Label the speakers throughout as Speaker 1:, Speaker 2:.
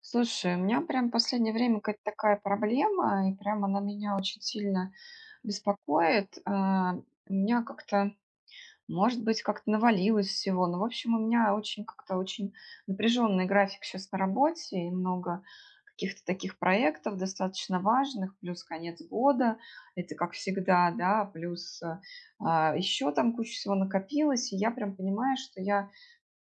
Speaker 1: Слушай, у меня прям в последнее время какая-то такая проблема, и прям она меня очень сильно беспокоит. У меня как-то, может быть, как-то навалилось всего. Но, в общем, у меня очень как-то очень напряженный график сейчас на работе, и много каких-то таких проектов достаточно важных, плюс конец года, это как всегда, да, плюс еще там куча всего накопилось, и я прям понимаю, что я,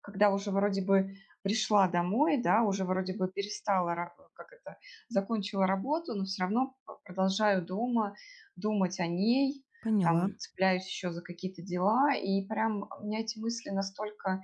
Speaker 1: когда уже вроде бы пришла домой, да, уже вроде бы перестала, как это, закончила работу, но все равно продолжаю дома думать о ней,
Speaker 2: Поняла.
Speaker 1: там, цепляюсь еще за какие-то дела, и прям у меня эти мысли настолько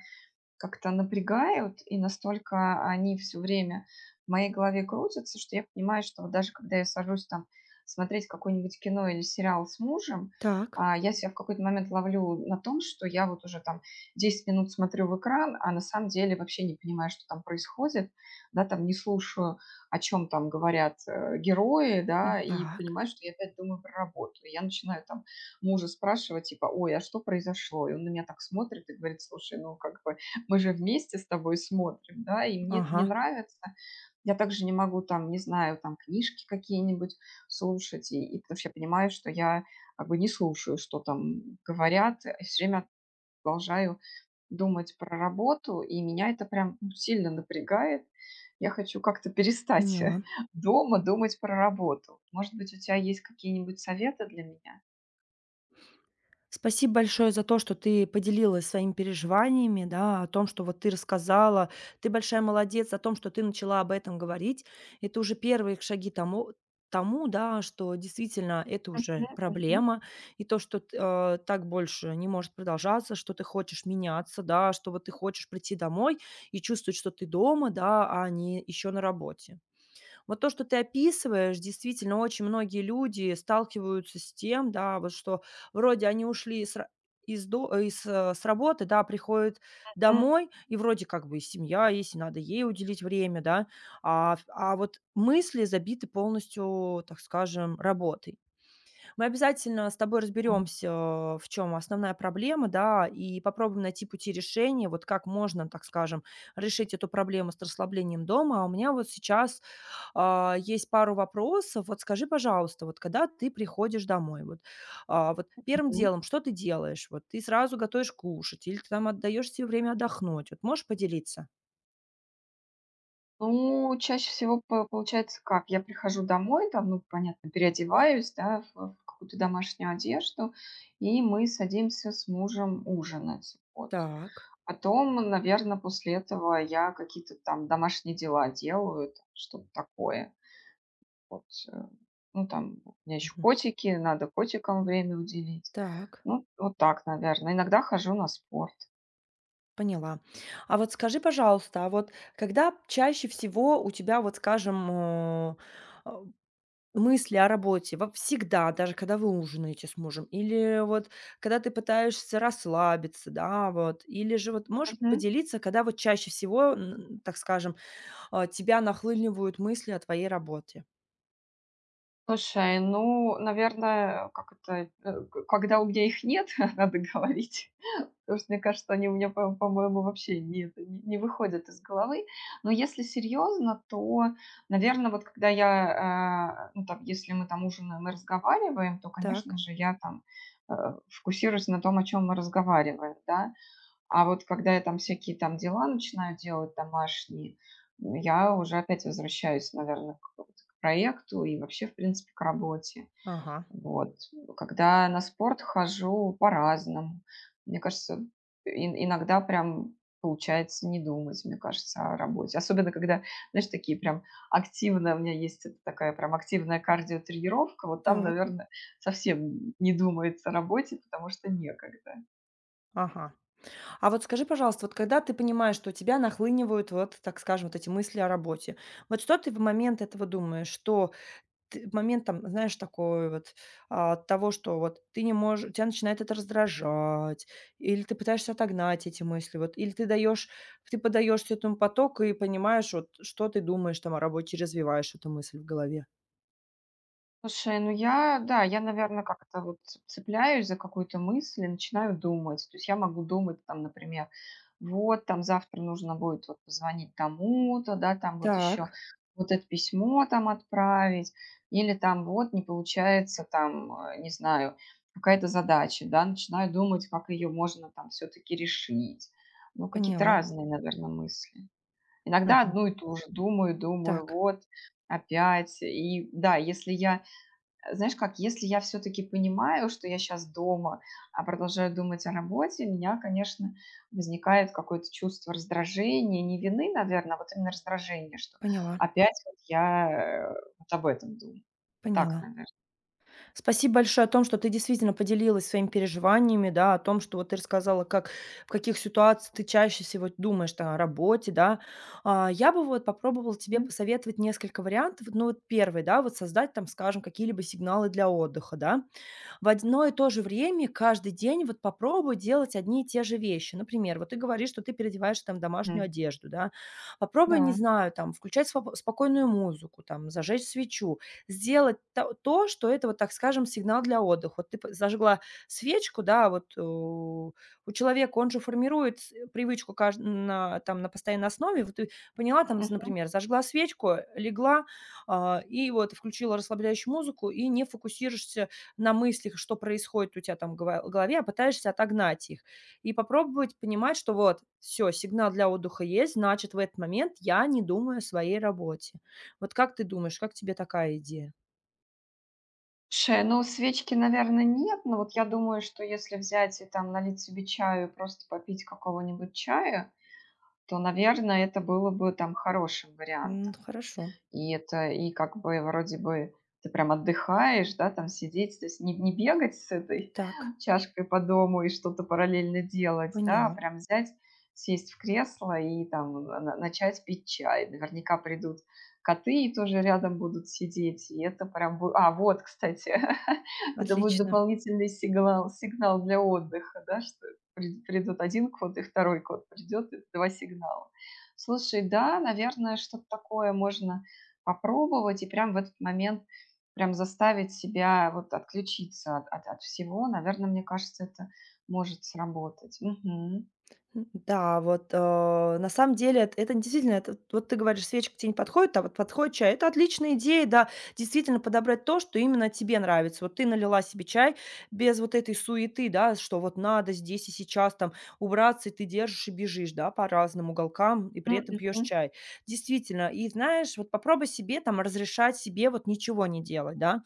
Speaker 1: как-то напрягают, и настолько они все время в моей голове крутятся, что я понимаю, что вот даже когда я сажусь там смотреть какое-нибудь кино или сериал с мужем,
Speaker 2: Так.
Speaker 1: я себя в какой-то момент ловлю на том, что я вот уже там 10 минут смотрю в экран, а на самом деле вообще не понимаю, что там происходит, да, там не слушаю, о чем там говорят, герои,
Speaker 2: Пон
Speaker 1: да, и
Speaker 2: так.
Speaker 1: понимаю, что я опять думаю про работу. И я начинаю там мужа спрашивать, типа: "Ой, а что произошло?" И он на меня так смотрит и говорит: "Слушай, ну, как бы мы же вместе с тобой смотрим, да, и мне это
Speaker 2: Ага,
Speaker 1: не нравится". Я также не могу там, не знаю, там книжки какие-нибудь слушать, и потому что я понимаю, что я как бы не слушаю, что там говорят, и все время продолжаю думать про работу, и меня это прям, ну, сильно напрягает. Я хочу как-то перестать
Speaker 2: поняла.
Speaker 1: дома думать про работу. Может быть, у тебя есть какие-нибудь советы для меня?
Speaker 2: Спасибо большое за то, что ты поделилась своими переживаниями, да, о том, что вот ты рассказала. Ты большая молодец о том, что ты начала об этом говорить. Это уже первые шаги тому, да, что действительно это
Speaker 1: Мгм,
Speaker 2: уже
Speaker 1: мгм.
Speaker 2: проблема, и то, что так больше не может продолжаться, что ты хочешь меняться, да, что вот ты хочешь прийти домой и чувствовать, что ты дома, да, а не еще на работе. Вот то, что ты описываешь, действительно, очень многие люди сталкиваются с тем, да, вот что вроде они ушли с ра из до э, из, э, с работы, да, приходят домой, и вроде как бы и семья есть, и надо ей уделить время, да, а вот мысли забиты полностью, так скажем, работой. Мы обязательно с тобой разберемся, в чем основная проблема, да, и попробуем найти пути решения, вот как можно, так скажем, решить эту проблему с расслаблением дома. А у меня вот сейчас, есть пару вопросов. Вот скажи, пожалуйста, вот когда ты приходишь домой, вот, вот первым
Speaker 1: Мгм.
Speaker 2: делом что ты делаешь? Вот ты сразу готовишь кушать или ты там отдаешь себе время отдохнуть? Вот можешь поделиться?
Speaker 1: Ну, чаще всего по получается как: я прихожу домой, там, ну, понятно, переодеваюсь, да, в какую-то домашнюю одежду, и мы садимся с мужем ужинать. Вот.
Speaker 2: Так.
Speaker 1: Потом, наверное, после этого я какие-то там домашние дела делаю, там, что-то такое. Вот. э, ну, там, у меня еще
Speaker 2: Мгм.
Speaker 1: котики, надо котикам время уделить.
Speaker 2: Так.
Speaker 1: Ну, вот так, наверное. Иногда хожу на спорт.
Speaker 2: Поняла. А вот скажи, пожалуйста, а вот когда чаще всего у тебя, вот скажем, а, мысли о работе? Всегда, даже когда вы ужинаете с мужем? Или вот когда ты пытаешься расслабиться, да, вот? Или же вот можешь поделиться, когда вот чаще всего, так скажем, тебя нахлынивают мысли о твоей работе?
Speaker 1: Слушай, ну, наверное, как это, э, к когда у меня их нет, надо говорить, потому что, мне кажется, они у меня, по по-моему, вообще не это, не выходят из головы. Но если серьезно, то, наверное, вот когда я, ну, там, если мы там ужинаем и разговариваем, то, конечно
Speaker 2: Так,
Speaker 1: же, я там, э, фокусируюсь на том, о чем мы разговариваем, да. А вот когда я там всякие там дела начинаю делать домашние, я уже опять возвращаюсь, наверное, к вот к проекту и вообще, в принципе, к работе.
Speaker 2: ага,
Speaker 1: Вот. Когда на спорт хожу по-разному. Мне кажется, ин иногда прям получается не думать, мне кажется, о работе. Особенно когда, знаешь, такие прям активно у меня есть это такая прям активная кардиотренировка. Вот там,
Speaker 2: так,
Speaker 1: наверное, совсем не думается о работе, потому что некогда.
Speaker 2: ага. А вот скажи, пожалуйста, вот когда ты понимаешь, что у тебя нахлынивают вот, так скажем, вот эти мысли о работе, вот что ты в момент этого думаешь? Что ты в момент, там, знаешь, такой вот, того, что вот ты не можешь тебя начинает это раздражать, или ты пытаешься отогнать эти мысли, вот, или ты подаешься этому потоку и понимаешь, вот, что ты думаешь там о работе, и развиваешь эту мысль в голове?
Speaker 1: Слушай, ну я, да, я, наверное, как-то вот цепляюсь за какую-то мысль и начинаю думать. То есть я могу думать, там, например, вот, там, завтра нужно будет вот позвонить тому-то, да, там вот еще
Speaker 2: Так,
Speaker 1: вот это письмо там отправить, или там вот не получается там, не знаю, какая-то задача, да, начинаю думать, как ее можно там все-таки решить. Ну, какие-то
Speaker 2: поняла.
Speaker 1: разные, наверное, мысли. Иногда
Speaker 2: Мгм.
Speaker 1: одну и ту же, думаю, думаю,
Speaker 2: Так,
Speaker 1: вот, опять. И да, если я... знаешь как, если я все-таки понимаю, что я сейчас дома, а продолжаю думать о работе, у меня, конечно, возникает какое-то чувство раздражения, не вины, наверное, а вот именно раздражение, что
Speaker 2: поняла,
Speaker 1: опять вот я вот об этом думаю. Так,
Speaker 2: поняла.
Speaker 1: наверное.
Speaker 2: Спасибо большое о том, что ты действительно поделилась своими переживаниями, да, о том, что вот ты рассказала, как, в каких ситуациях ты чаще всего думаешь там, о работе, да. Я бы вот попробовала тебе посоветовать несколько вариантов. Ну вот первый, да, вот создать там, скажем, какие-либо сигналы для отдыха, да в одно и то же время каждый день вот попробуй делать одни и те же вещи. Например, вот ты говоришь, что ты переодеваешь там домашнюю одежду, да. Попробуй, не
Speaker 1: Да.
Speaker 2: знаю, там включать спокойную музыку, там зажечь свечу, сделать то, что это вот, так скажем, сигнал для отдыха. Вот ты зажгла свечку, да, вот у человека он же формирует привычку на, там, на постоянной основе. Вот ты поняла, там,
Speaker 1: Мгм.
Speaker 2: например, зажгла свечку, легла и вот включила расслабляющую музыку и не фокусируешься на мыслях, что происходит у тебя там в гово голове, а пытаешься отогнать их. И попробовать понимать, что вот все сигнал для отдыха есть, значит, в этот момент я не думаю о своей работе. Вот как ты думаешь, как тебе такая идея?
Speaker 1: Слушай, ну свечки, наверное, нет, но вот я думаю, что если взять и там налить себе чаю и просто попить какого-нибудь чая, то, наверное, это было бы там хорошим вариантом.
Speaker 2: Хорошо.
Speaker 1: И это, и как бы вроде бы ты прям отдыхаешь, да, там сидеть, то есть не бегать с этой
Speaker 2: Так,
Speaker 1: чашкой по дому и что-то параллельно делать, да, а
Speaker 2: поняла.
Speaker 1: прям взять, сесть в кресло и там начать пить чай. Наверняка придут коты и тоже рядом будут сидеть, и это прям будет... А, вот, кстати, это будет
Speaker 2: Отлично.
Speaker 1: дополнительный сигнал, сигнал для отдыха, да, что придут один кот и второй кот придет, и два сигнала. Слушай, да, наверное, что-то такое можно попробовать и прям в этот момент прям заставить себя вот отключиться от всего, наверное, мне кажется, это может сработать. Мгм.
Speaker 2: Да, вот, на самом деле эт это действительно, это вот ты говоришь, свечка те не подходит, а вот подходит чай. Это отличная идея, да, действительно подобрать то, что именно тебе нравится. Вот ты налила себе чай без вот этой суеты, да, что вот надо здесь и сейчас там убраться, и ты держишь и бежишь, да, по разным уголкам, и при
Speaker 1: М,
Speaker 2: этом пьешь
Speaker 1: мгм.
Speaker 2: чай. Действительно, и знаешь, вот попробуй себе там разрешать себе вот ничего не делать, да.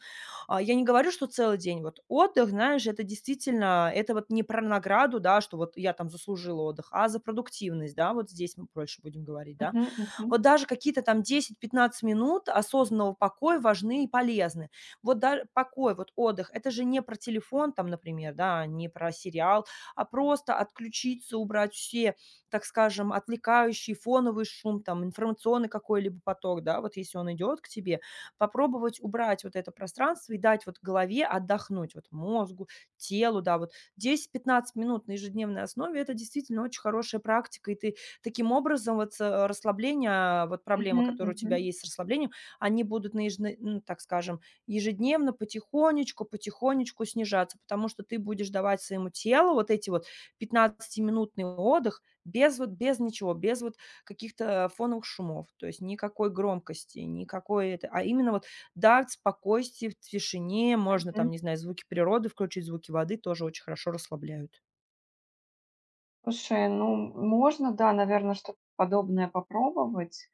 Speaker 2: Я не говорю, что целый день. Вот отдых, знаешь, это действительно, это вот не про награду, да, что вот я там заслужила отдых, а за продуктивность, да, вот здесь мы больше будем говорить, да.
Speaker 1: Мгм, мгм.
Speaker 2: Вот даже какие-то там десять-пятнадцать минут осознанного покоя важны и полезны. Вот да, покой, вот отдых, это же не про телефон там, например, да, не про сериал, а просто отключиться, убрать все, так скажем, отвлекающий фоновый шум, там, информационный какой-либо поток, да, вот если он идет к тебе, попробовать убрать вот это пространство и дать вот голове отдохнуть, вот мозгу, телу, да, вот 10–15 минут на ежедневной основе, это действительно очень хорошая практика, и ты таким образом, вот расслабления, вот
Speaker 1: Мгм,
Speaker 2: проблемы, которые у
Speaker 1: мгм,
Speaker 2: тебя есть с расслаблением, они будут на ежедн ну, так скажем, ежедневно потихонечку, потихонечку снижаться, потому что ты будешь давать своему телу вот эти вот 15-минутный отдых без вот без ничего, без вот каких-то фоновых шумов, то есть никакой громкости, никакой это, а именно вот дать спокойствие в тишине. Можно там,
Speaker 1: мгм.
Speaker 2: не знаю, звуки природы включить, звуки воды тоже очень хорошо расслабляют.
Speaker 1: Слушай, ну можно, да, наверное, что-то подобное попробовать.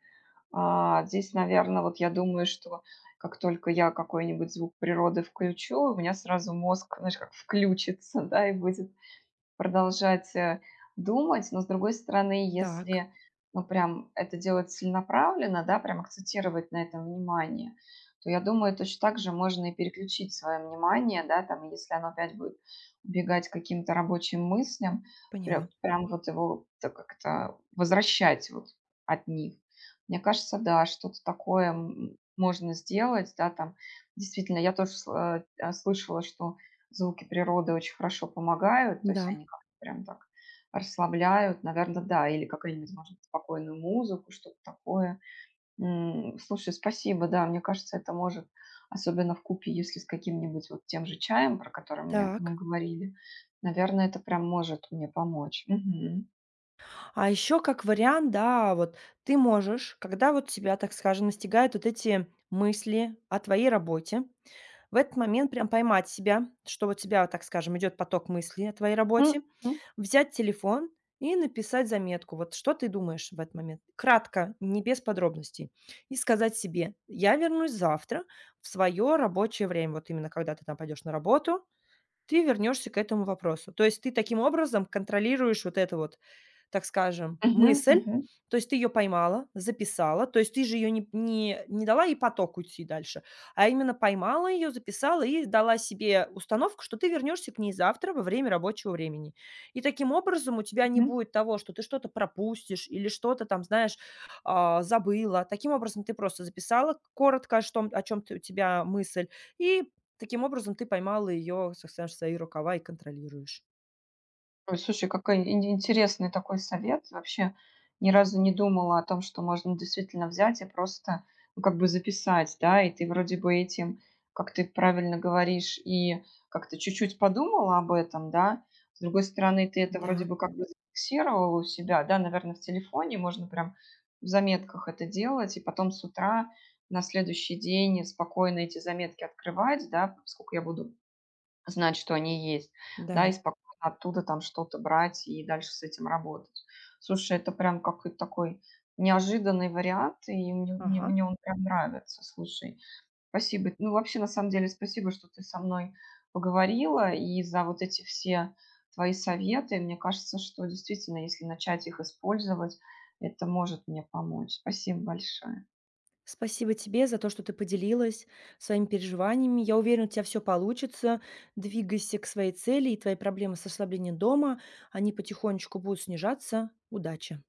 Speaker 1: Здесь, наверное, вот я думаю, что как только я какой-нибудь звук природы включу, у меня сразу мозг, знаешь, как включится, да, и будет продолжать, думать. Но, с другой стороны,
Speaker 2: Так,
Speaker 1: если, ну, прям это делать целенаправленно, да, прям акцентировать на этом внимание, то, я думаю, точно так же можно и переключить свое внимание, да, там, если оно опять будет убегать к каким-то рабочим мыслям,
Speaker 2: поняла.
Speaker 1: прям вот его так как-то возвращать вот от них. Мне кажется, да, что-то такое, можно сделать, да, там. Действительно, я тоже слышала, что звуки природы очень хорошо помогают, то есть
Speaker 2: Да.
Speaker 1: они как-то прям так расслабляют, наверное, да, или какую-нибудь, может быть, спокойную музыку, что-то такое. Слушай, спасибо, да, мне кажется, это может, особенно в купе, если с каким-нибудь вот тем же чаем, про который мне, мы
Speaker 2: Так.
Speaker 1: говорили, наверное, это прям может мне помочь. Мгм.
Speaker 2: А еще как вариант, да, вот ты можешь, когда вот тебя, так скажем, настигают вот эти мысли о твоей работе, в этот момент прям поймать себя, что вот тебя, так скажем, идет поток мыслей о твоей
Speaker 1: М,
Speaker 2: работе,
Speaker 1: мгм,
Speaker 2: взять телефон и написать заметку, вот что ты думаешь в этот момент, кратко, не без подробностей, и сказать себе, я вернусь завтра в свое рабочее время, вот именно когда ты там пойдешь на работу, ты вернешься к этому вопросу. То есть ты таким образом контролируешь вот это вот, так скажем,
Speaker 1: мгм,
Speaker 2: мысль.
Speaker 1: мгм,
Speaker 2: То есть ты ее поймала, записала. То есть ты же ее не дала и поток уйти дальше, а именно поймала ее, записала и дала себе установку, что ты вернешься к ней завтра во время рабочего времени. И таким образом у тебя не
Speaker 1: мгм.
Speaker 2: будет того, что ты что-то пропустишь или что-то там, знаешь, забыла. Таким образом ты просто записала коротко, что, о чем у тебя мысль, и таким образом, ты поймала ее, совсем в свои рукава и контролируешь.
Speaker 1: Ой, слушай, какой ин интересный такой совет. Вообще ни разу не думала о том, что можно действительно взять и просто, ну, как бы записать, да. И ты вроде бы этим, как ты правильно говоришь, и как-то чуть-чуть подумала об этом, да. С другой стороны, ты это вроде
Speaker 2: Да,
Speaker 1: бы как бы зафиксировала у себя, да, наверное, в телефоне можно прям в заметках это делать, и потом с утра на следующий день спокойно эти заметки открывать, да, поскольку я буду знать, что они есть, да, и
Speaker 2: да.
Speaker 1: спокойно оттуда там что-то брать и дальше с этим работать. Слушай, это прям какой-то такой неожиданный вариант, и мне мне
Speaker 2: Ага.
Speaker 1: мне он прям нравится. Слушай, спасибо. Ну, вообще, на самом деле, спасибо, что ты со мной поговорила и за вот эти все твои советы. Мне кажется, что действительно, если начать их использовать, это может мне помочь. Спасибо большое.
Speaker 2: Спасибо тебе за то, что ты поделилась своими переживаниями. Я уверена, у тебя все получится. Двигайся к своей цели, и твои проблемы с ослаблением дома, они потихонечку будут снижаться. Удачи!